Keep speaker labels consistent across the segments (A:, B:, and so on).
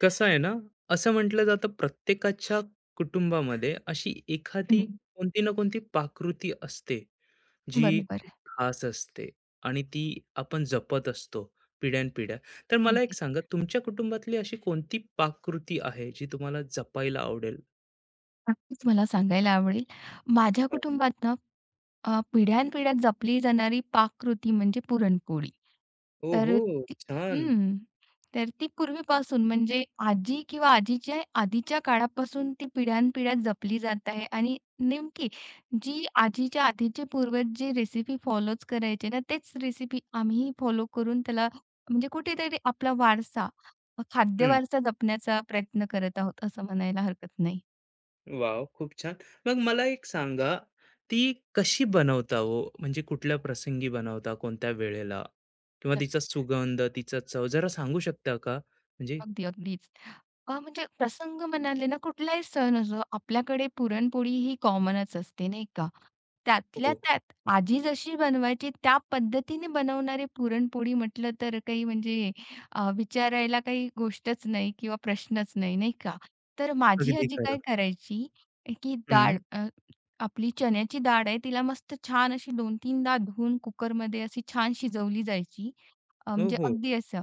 A: कसं आहे ना, असं म्हटलं जातं प्रत्येकाच्या कुटुंबामध्ये अशी एखादी
B: हं,
A: कोणती ना कोणती पाककृती असते, जी
B: बरोबर.
A: खूप खास असते आणि ती आपण जपत असतो पिढ्यानपिढ्या. तर मला एक
B: अगदीच.
A: सांगा तुमच्या कुटुंबातली अशी कोणती पाककृती आहे जी तुम्हाला जपायला आवडेल?
B: नक्कीच मला सांगायला आवडेल. माझ्या
A: हां.
B: कुटुंबात ना पिढ्यानपिढ्या जपली जाणारी पाककृती म्हणजे पुरणपोळी. तर
A: ओहो!
B: ती
A: छान.
B: हं. तर ती पूर्वीपासून म्हणजे आजी किंवा आजीच्या आधीच्या काळापासून ती पिढ्यानपिढ्या जपली जात आहे आणि नेमकी जी आजीच्या आधीचे पूर्वज जी रेसिपी फॉलोच करायचे ना, तेच रेसिपी आम्हीही फॉलो करून त्याला म्हणजे कुठेतरी आपला वारसा, खाद्य वारसा जपण्याचा प्रयत्न करत आहोत असं म्हणायला हरकत नाही.
A: वाव, खूप छान. मग मला एक सांगा, ती कशी बनवता हो? म्हणजे कुठल्या प्रसंगी बनवता, कोणत्या वेळेला? किंवा तिचा
B: नक्कीच.
A: सुगंध, तिचा चव जरा सांगू शकता का? म्हणजे
B: अगदी, अगदीच. म्हणजे प्रसंग म्हणाले ना, कुठलाही सण असो, आपल्याकडे पुरणपोळी ही कॉमनच असते, नाही का? त्यातल्या
A: हो.
B: त्यात आजी जशी बनवायची त्या पद्धतीने बनवणारी पुरणपोळी म्हटलं तर काही म्हणजे विचारायला काही गोष्टच नाही किंवा प्रश्नच नाही, नाही का? तर माझी
A: अगदी
B: आजी काय
A: खरं.
B: करायची, की डाळ
A: हं.
B: आपली चण्याची डाळ आहे, तिला मस्त छान अशी 2-3 धुवून कुकरमध्ये अशी छान शिजवली जायची.
A: हो,
B: म्हणजे
A: हो.
B: अगदी असं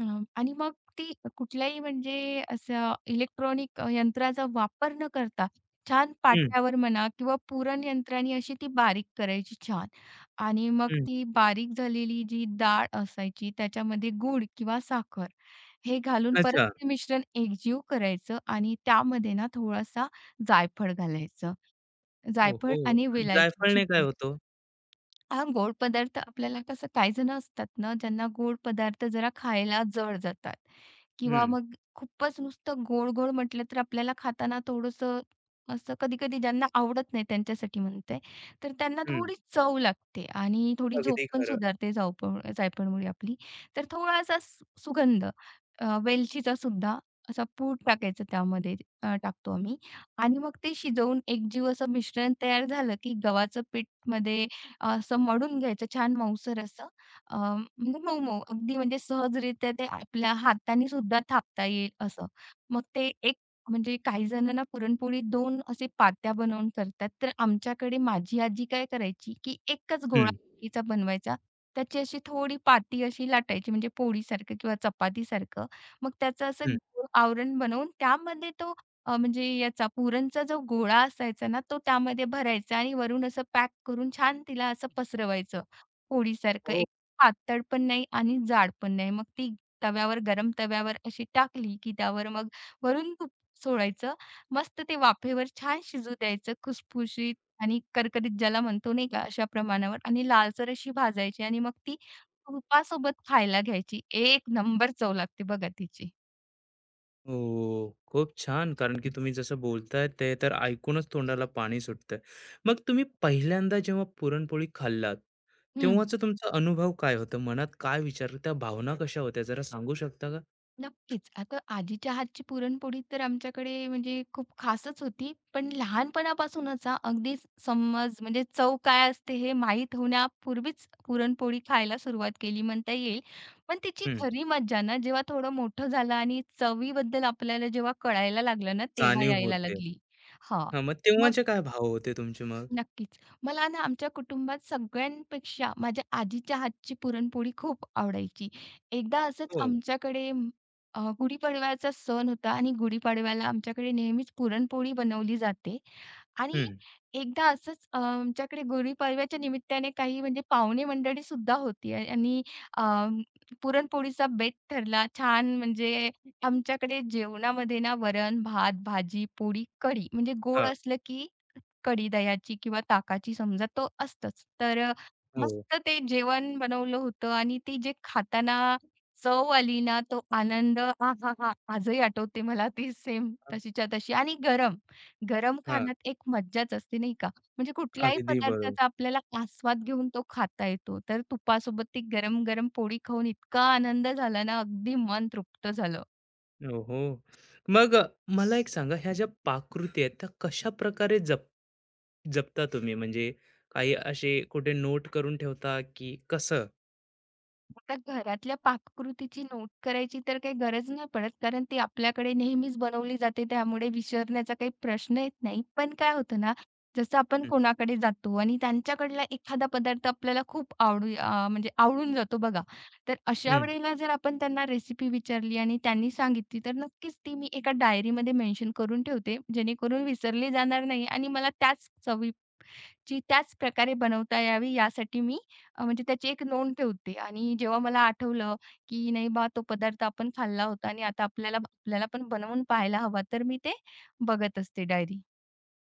B: अ, आणि मग ती कुठल्याही म्हणजे असं इलेक्ट्रॉनिक यंत्राचा वापर न करता छान
A: हं,
B: पाट्यावर म्हणा किंवा पुरण यंत्राने अशी ती बारीक करायची छान. आणि मग
A: हं.
B: ती बारीक झालेली जी डाळ असायची त्याच्यामध्ये गूळ किंवा साखर हे घालून परत
A: अच्छा.
B: ते मिश्रण एकजीव करायचं आणि त्यामध्ये ना थोडासा जायफळ घालायचं. जायफळ
A: ओहो!
B: आणि वेलायचीची
A: जायफळने काय
B: पूड.
A: होतो?
B: हा गोड पदार्थ आपल्याला कसं काही जण असतात ना ज्यांना गोड पदार्थ जरा खायला जड जातात किंवा
A: हं,
B: मग खूपच नुसतं गोड गोड म्हटलं तर आपल्याला खाताना थोडंसं असं कधी कधी ज्यांना आवडत नाही त्यांच्यासाठी म्हणते तर त्यांना
A: हं.
B: थोडी चव लागते आणि थोडी झोप
A: अगदी
B: पण
A: खरं.
B: सुधारते जायफळ जायफळमुळे आपली. तर थोडासा सुगंध वेलचीचा सुद्धा असा पूड टाकायचं त्यामध्ये. टाकतो आम्ही. आणि मग ते शिजवून एकजीव असं मिश्रण तयार झालं की गव्हाचं पीठ मध्ये असं मळून घ्यायचं छान मऊसर असं. म्हणजे मऊ-मऊ अगदी म्हणजे सहजरित्या ते आपल्या हाताने सुद्धा थापता येईल असं. मग ते एक म्हणजे काही जण ना पुरणपोळी 2 असे पात्या बनवून करतात. तर आमच्याकडे माझी आजी काय करायची, की एकच गोळा
A: हं,
B: आखीचा बनवायचा. त्याची अशी थोडी पाती अशी लाटायची म्हणजे पोळीसारखं किंवा चपातीसारखं. मग त्याचं असं
A: हं.
B: गोल आवरण बनवून त्यामध्ये तो म्हणजे याचा पुरणचा जो गोळा असायचा ना, तो त्यामध्ये भरायचा आणि वरून असं पॅक करून छान तिला असं पसरवायचं पोळीसारखं.
A: हो.
B: एक पातळ पण नाही आणि जाड पण नाही. मग ती तव्यावर अशी टाकली, की त्यावर मग वरून तूप सोडायचं. मस्त ते वाफेवर छान शिजू द्यायचं खुसखुशीत आणि करकरीत ज्याला म्हणतो नाही का, अशा प्रमाणावर आणि लालसर अशी भाजायची आणि मग ती तुपासोबत खायला घ्यायची. एक नंबर चव लागते बघा तिची.
A: हो, खूप छान. कारण की तुम्ही जसं बोलताय ते तर ऐकूनच तोंडाला पाणी सुटतंय. मग तुम्ही पहिल्यांदा जेव्हा पुरणपोळी खाल्लात,
B: हं.
A: तेव्हाचा तुमचा अनुभव काय होता? मनात काय विचार, त्या भावना कशा होत्या? जरा सांगू शकता का?
B: नक्कीच. आता आजीच्या हातची पुरणपोळी तर आमच्याकडे म्हणजे खूप खासच होती. पण लहानपणापासूनच हां, अगदी समज म्हणजे चव काय असते हे माहीत होण्यापूर्वीच पुरणपोळी खायला सुरुवात केली म्हणता येईल. पण तिची
A: हं,
B: खरी मज्जा ना जेव्हा थोडं मोठं झालं आणि चवीबद्दल आपल्याला जेव्हा कळायला लागलं ना, तेव्हा
A: जाणीव
B: यायला
A: होते.
B: लागली. हां.
A: हां, मग
B: मग
A: तेव्हाचे काय भाव होते तुमचे मग?
B: नक्कीच. मला ना आमच्या कुटुंबात सगळ्यांपेक्षा माझ्या आजीच्या हातची पुरणपोळी खूप आवडायची. एकदा असंच
A: हो.
B: आमच्याकडे गुढीपाडव्याचा सण होता आणि गुढीपाडव्याला आमच्याकडे नेहमीच पुरणपोळी बनवली जाते आणि
A: हं.
B: एकदा असंच आमच्याकडे गुढीपाडव्याच्या निमित्ताने काही म्हणजे पाहुणे मंडळीसुद्धा होती आणि अ, पुरणपोळीचा बेत ठरला. छान म्हणजे आमच्याकडे जेवणामध्ये ना वरण, भात, भाजी, पोळी, कढी म्हणजे गोड
A: हां.
B: असलं की कढी दह्याची किंवा ताकाची समजा तो असतोच. तर
A: हो.
B: मस्त ते जेवण बनवलं होतं आणि ते जे खाताना चव आली ना, तो आनंद आहाहा! आजही आठवते मला ती सेम
A: हां.
B: तशीच्या तशी आणि गरम. गरम
A: हां.
B: खाण्यात एक मज्जाच असते नाही का? म्हणजे कुठल्याही
A: अगदी बरोबर.
B: पदार्थाचा आपल्याला आस्वाद घेऊन तो खाता येतो. तर तुपासोबत ती गरम-गरम पोळी खाऊन इतका आनंद झाला ना, अगदी मन तृप्त झालं.
A: ओहो! मग मला एक सांगा, ह्या ज्या पाककृती आहेत, त्या कशाप्रकारे जपता तुम्ही? म्हणजे काही असे कुठे नोट करून ठेवता, की कसं?
B: आता घरातल्या पाककृतीची नोट करायची तर काही गरज नाही पडत, कारण ती आपल्याकडे नेहमीच बनवली जाते, त्यामुळे विसरण्याचा काही प्रश्न येत नाही. पण काय होतं ना, जसं आपण
A: हं,
B: कोणाकडे जातो आणि त्यांच्याकडला एखादा पदार्थ आपल्याला खूप आवडू म्हणजे आवडून जातो बघा. तर अशा
A: हं.
B: वेळेला जर आपण त्यांना रेसिपी विचारली आणि त्यांनी सांगितली, तर नक्कीच ती मी एका डायरीमध्ये मेन्शन करून ठेवते, जेणेकरून विसरली जाणार नाही आणि मला त्याच चवी जी त्याच प्रकारे बनवता यावी यासाठी मी म्हणजे त्याची एक नोंद ठेवते आणि जेव्हा मला आठवलं, की नाही बा तो पदार्थ आपण खाल्ला होता आणि आता आपल्याला आपल्याला पण बनवून पाहायला हवा, तर मी ते बघत असते डायरी.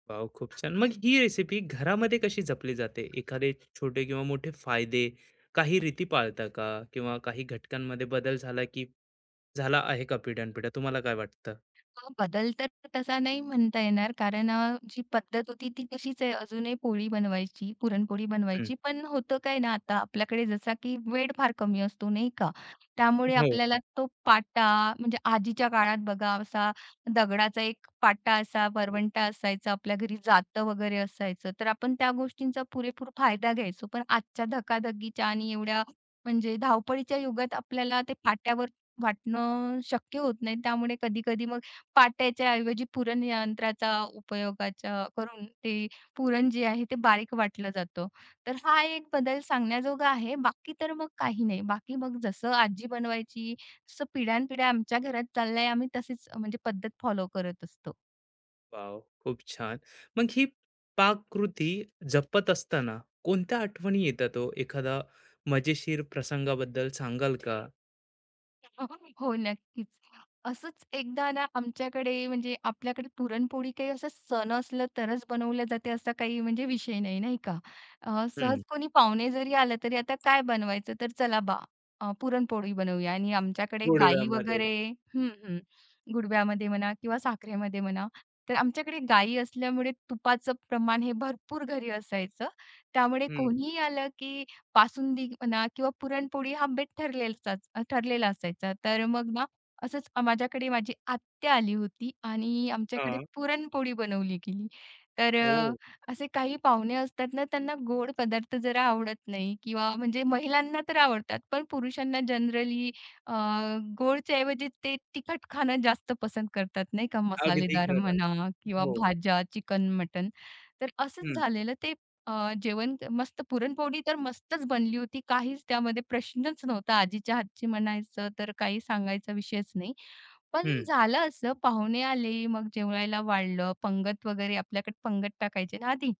A: वॉव! खूप छान. मग ही रेसिपी घरामध्ये कशी जपली जाते? एखादे छोटे किंवा मोठे फायदे, काही रीती पाळता का? किंवा काही घटकांमध्ये बदल झाला, की झाला आहे का पिढ्यानपिढ्या? तुम्हाला काय वाटतं?
B: बदल तर तसा नाही म्हणता येणार कारण जी पद्धत होती ती तशीच आहे अजूनही पोळी बनवायची, पुरणपोळी
A: हं.
B: बनवायची. पण होतं काय ना आता आपल्याकडे जसा की वेळ फार कमी असतो नाही का? त्यामुळे
A: हो.
B: आपल्याला तो पाटा म्हणजे आजीच्या काळात बघा असा दगडाचा एक पाटा असा वरवंटा असायचा आपल्या घरी जातं वगैरे असायचं. तर आपण त्या गोष्टींचा पुरेपूर फायदा घ्यायचो. पण आजच्या धकाधकीच्या आणि एवढ्या म्हणजे धावपळीच्या युगात आपल्याला ते पाट्यावर वाटणं शक्य होत नाही. त्यामुळे कधी-कधी मग पाट्याच्या ऐवजी पुरण यंत्राचा उपयोगाचा करून ते पुरण जे आहे ते बारीक वाटलं जातं. तर हा एक बदल सांगण्याजोगा आहे. बाकी तर मग काही नाही. बाकी मग जसं आजी बनवायची, तसं पिढ्यानपिढ्या आमच्या घरात चाललंय. आम्ही तशीच म्हणजे पद्धत फॉलो करत असतो.
A: वाव! खूप छान. मग ही पाककृती जपत असताना कोणत्या आठवणी येतात तो, एखादा मजेशीर प्रसंगाबद्दल सांगाल का?
B: हो, नक्कीच. असंच एकदा ना आमच्याकडे म्हणजे आपल्याकडे पुरणपोळी काही असं सण असलं तरच बनवल्या जाते असा काही म्हणजे विषय नाही, नाही का? सहज
A: हं.
B: कोणी पाहुणे जरी आलं तरी आता काय बनवायचं तर चला बा पुरणपोळी बनवूया आणि आमच्याकडे गाई
A: गोडव्यामध्ये.
B: वगैरे हं, हं. गुडव्यामध्ये म्हणा किंवा साखरेमध्ये म्हणा. तर आमच्याकडे गाई असल्यामुळे तुपाचं प्रमाण हे भरपूर घरी असायचं. त्यामुळे
A: हं.
B: कोणीही आलं की बासुंदी म्हणा किंवा पुरणपोळी हा बेत ठरलेला असायचा. तर मग ना असंच माझ्याकडे माझी आत्या आली होती आणि आमच्याकडे
A: हां.
B: पुरणपोळी बनवली गेली. तर
A: हो.
B: असे काही पाहुणे असतात ना, त्यांना गोड पदार्थ जरा आवडत नाही किंवा म्हणजे महिलांना तर आवडतात, पण पुरुषांना जनरली अ, गोडच्या ऐवजी ते तिखट खाणं जास्त पसंत करतात नाही का,
A: अगदी
B: मसालेदार
A: खरं.
B: म्हणा किंवा
A: हो.
B: भाज्या, चिकन, मटण. तर असंच
A: हं,
B: झालेलं. ते जेवण मस्त पुरणपोळी तर मस्तच बनली होती. काहीच त्यामध्ये प्रश्नच नव्हता. आजीच्या हातची म्हणायचं तर काही सांगायचा विषयच नाही. पण
A: हं,
B: झालं असं पाहुणे आले, मग जेवायला वाढलं. पंगत वगैरे आपल्याकडे पंगत टाकायचे ना आधी.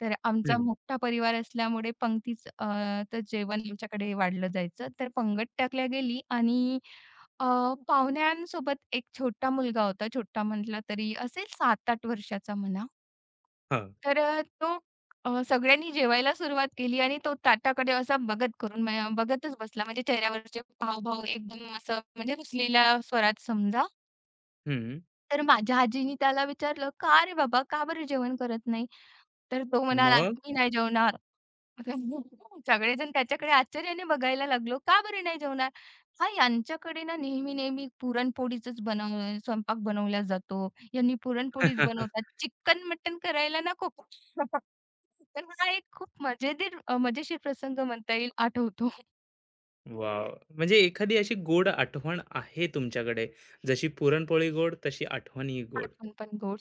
B: तर आमचा
A: हं.
B: मोठा परिवार असल्यामुळे पंगतीच तर जेवण आमच्याकडे वाढलं जायचं. तर पंगत टाकल्या गेली आणि अ, पाहुण्यांसोबत एक छोटा मुलगा होता. छोटा म्हटला तरी असेल 7-8 वर्षाचा म्हणा.
A: हां.
B: तर तो सगळ्यांनी जेवायला सुरुवात केली आणि तो ताटाकडे असा बघत करून म्या बघतच बसला. म्हणजे चेहऱ्यावरचे हावभाव एकदम असं म्हणजे रुसलेल्या स्वरात समजा.
A: हं.
B: तर माझ्या आजीनी त्याला विचारलं, "का रे बाबा, का बरं जेवण करत नाही?" तर तो म्हणाला,
A: मग?
B: "मी नाही जेवणार." सगळेजण त्याच्याकडे आश्चर्याने बघायला लागलो, "का बरं नाही जेवणार?" "हां, यांच्याकडे ना नेहमी-नेहमी पुरणपोळीचंच बनव स्वयंपाक बनवला जातो. यांनी पुरणपोळीच बनवतात. चिकन-मटण करायला नको." तर हा एक खूप मजेदार मजेशीर प्रसंग म्हणता येईल. आठवतो.
A: वॉव! म्हणजे एखादी अशी गोड आठवण आहे तुमच्याकडे, जशी पुरणपोळी गोड, तशी आठवणही गोड.
B: आठवण पण गोड.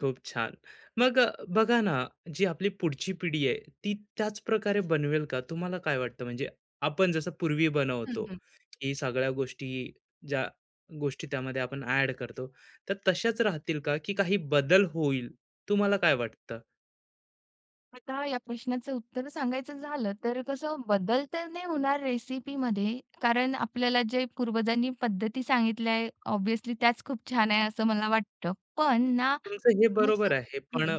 A: खूप छान. मग बघा ना, जी आपली पुढची पिढी आहे, ती त्याच प्रकारे बनवेल का? तुम्हाला काय वाटतं? म्हणजे आपण जसं पूर्वी बनवतो, की सगळ्या गोष्टी, ज्या गोष्टी त्यामध्ये आपण ॲड करतो, तर तशाच राहतील का, की काही बदल होईल? तुम्हाला काय वाटतं?
B: आता या प्रश्नाचं उत्तर सांगायचं झालं तर कसं बदल तर नाही होणार रेसिपीमध्ये कारण आपल्याला जे पूर्वजांनी पद्धती सांगितल्या आहे ऑब्व्हियसली त्याच खूप छान आहे असं मला वाटतं. पण ना
A: तुमचं हे
B: होतं
A: बरोबर आहे, पण
B: हं.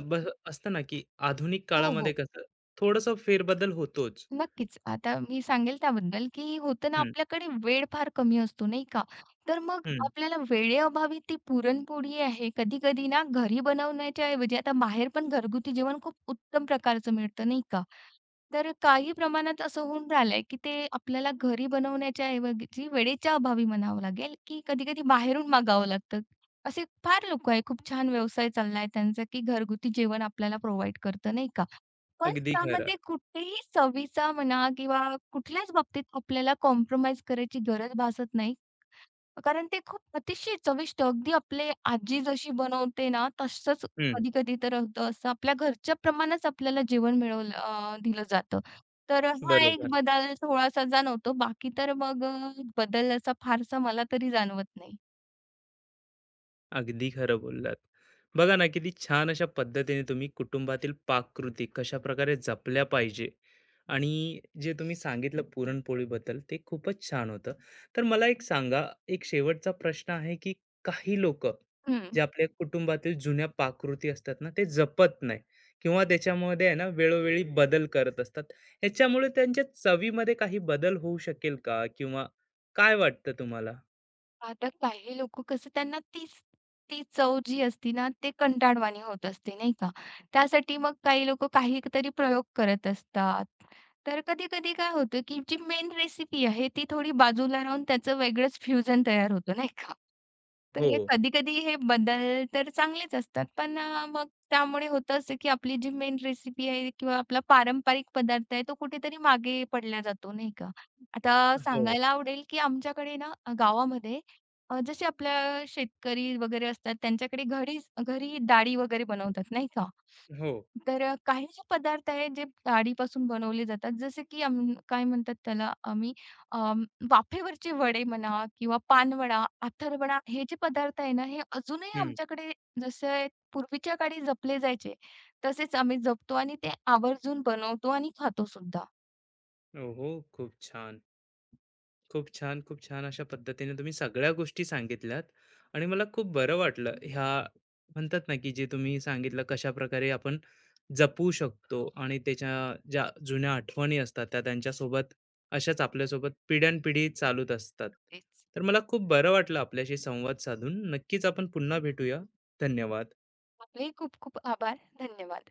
A: असतं ना, की आधुनिक
B: हो,
A: काळामध्ये
B: हो.
A: कसं थोडंसं फेरबदल होतोच.
B: नक्कीच. आता मी सांगेल त्याबद्दल, की होतं ना
A: हं,
B: आपल्याकडे वेळ फार कमी असतो नाही का? तर मग
A: हं.
B: आपल्याला वेळेअभावी ती पुरणपोळी आहे कधी-कधी ना घरी बनवण्याच्या ऐवजी आता बाहेर पण घरगुती जेवण खूप उत्तम प्रकारचं मिळतं नाही का? तर काही प्रमाणात असं होऊन राहिलंय, की ते आपल्याला घरी बनवण्याच्या ऐवजी वेळेच्या अभावी म्हणावं लागेल, की कधी-कधी बाहेरून मागावं लागतं. असे फार लोकं आहे, खूप छान व्यवसाय चालला आहे त्यांचा, की घरगुती जेवण आपल्याला प्रोव्हाईड करतं, नाही का? पण
A: अगदी खरं.
B: त्यामध्ये कुठेही चवीचा म्हणा किंवा कुठल्याच बाबतीत आपल्याला कॉम्प्रोमाईज करायची गरज भासत नाही. कारण ते खूप अतिशय चविष्ट अगदी आपले आजी जशी बनवते ना, तसंच
A: हं,
B: कधी-कधी तर होतं असं आपल्या घरच्या प्रमाणच आपल्याला जेवण मिळवलं दिलं जातं. तर हा एक
A: बरोबर.
B: बदल थोडासा जाणवतो. बाकी तर मग बदल असा फारसा मला तरी जाणवत नाही.
A: अगदी खरं बोललात. बघा ना, किती छान अशा पद्धतीने तुम्ही कुटुंबातील पाककृती कशा प्रकारे जपल्या पाहिजे आणि जे तुम्ही सांगितलं पुरणपोळीबद्दल ते खूपच छान होतं. तर मला एक सांगा, एक शेवटचा प्रश्न आहे, की काही लोकं
B: हं.
A: जे आपल्या कुटुंबातील जुन्या पाककृती असतात ना, ते जपत नाही किंवा त्याच्यामध्ये आहे ना, वेळोवेळी बदल करत असतात. ह्याच्यामुळे त्यांच्या चवीमध्ये काही बदल होऊ शकेल का? किंवा काय वाटतं तुम्हाला?
B: आता काही लोकं कसं त्यांना तीच ती चव जी असते ना, ते कंटाळवाणी होत असते, नाही का? त्यासाठी मग काही लोकं काहीतरी प्रयोग करत असतात. तर कधी-कधी काय होतं, की जी मेन रेसिपी आहे, ती थोडी बाजूला राहून त्याचं वेगळंच फ्युजन तयार होतं, नाही का? तर
A: हो.
B: हे कधी-कधी हे बदल तर चांगलेच असतात, पण मग त्यामुळे होतं असं, की आपली जी मेन रेसिपी आहे किंवा आपला पारंपरिक पदार्थ आहे, तो कुठेतरी मागे पडला जातो, नाही का? आता
A: हो, हो.
B: सांगायला आवडेल, की आमच्याकडे ना गावामध्ये जसे आपल्या शेतकरी वगैरे असतात त्यांच्याकडे घरीच घरी डाळी वगैरे बनवतात नाही का?
A: हो.
B: तर काही जे पदार्थ आहेत जे डाळीपासून बनवले जातात जसे की काय म्हणतात त्याला आम्ही अम, वाफेवरचे वडे म्हणा किंवा पानवडा, अथर्वणा हे जे पदार्थ आहे ना हे अजूनही आमच्याकडे जसे पूर्वीच्या काळी जपले जायचे तसेच आम्ही जपतो आणि ते आवर्जून बनवतो आणि खातो सुद्धा.
A: ओहो! खूप छान. खूप छान, खूप छान अशा पद्धतीने तुम्ही सगळ्या गोष्टी सांगितल्यात आणि मला खूप बरं वाटलं ह्या म्हणतात ना, की जे तुम्ही सांगितलं कशाप्रकारे आपण जपू शकतो आणि त्याच्या ज्या जुन्या आठवणी असतात त्या त्यांच्यासोबत अशाच आपल्यासोबत पिढ्यानपिढी चालूच असतात.
B: तेच.
A: तर मला खूप बरं वाटलं आपल्याशी संवाद साधून. नक्कीच आपण पुन्हा भेटूया. धन्यवाद.
B: आपलेही खूप खूप आभार. धन्यवाद.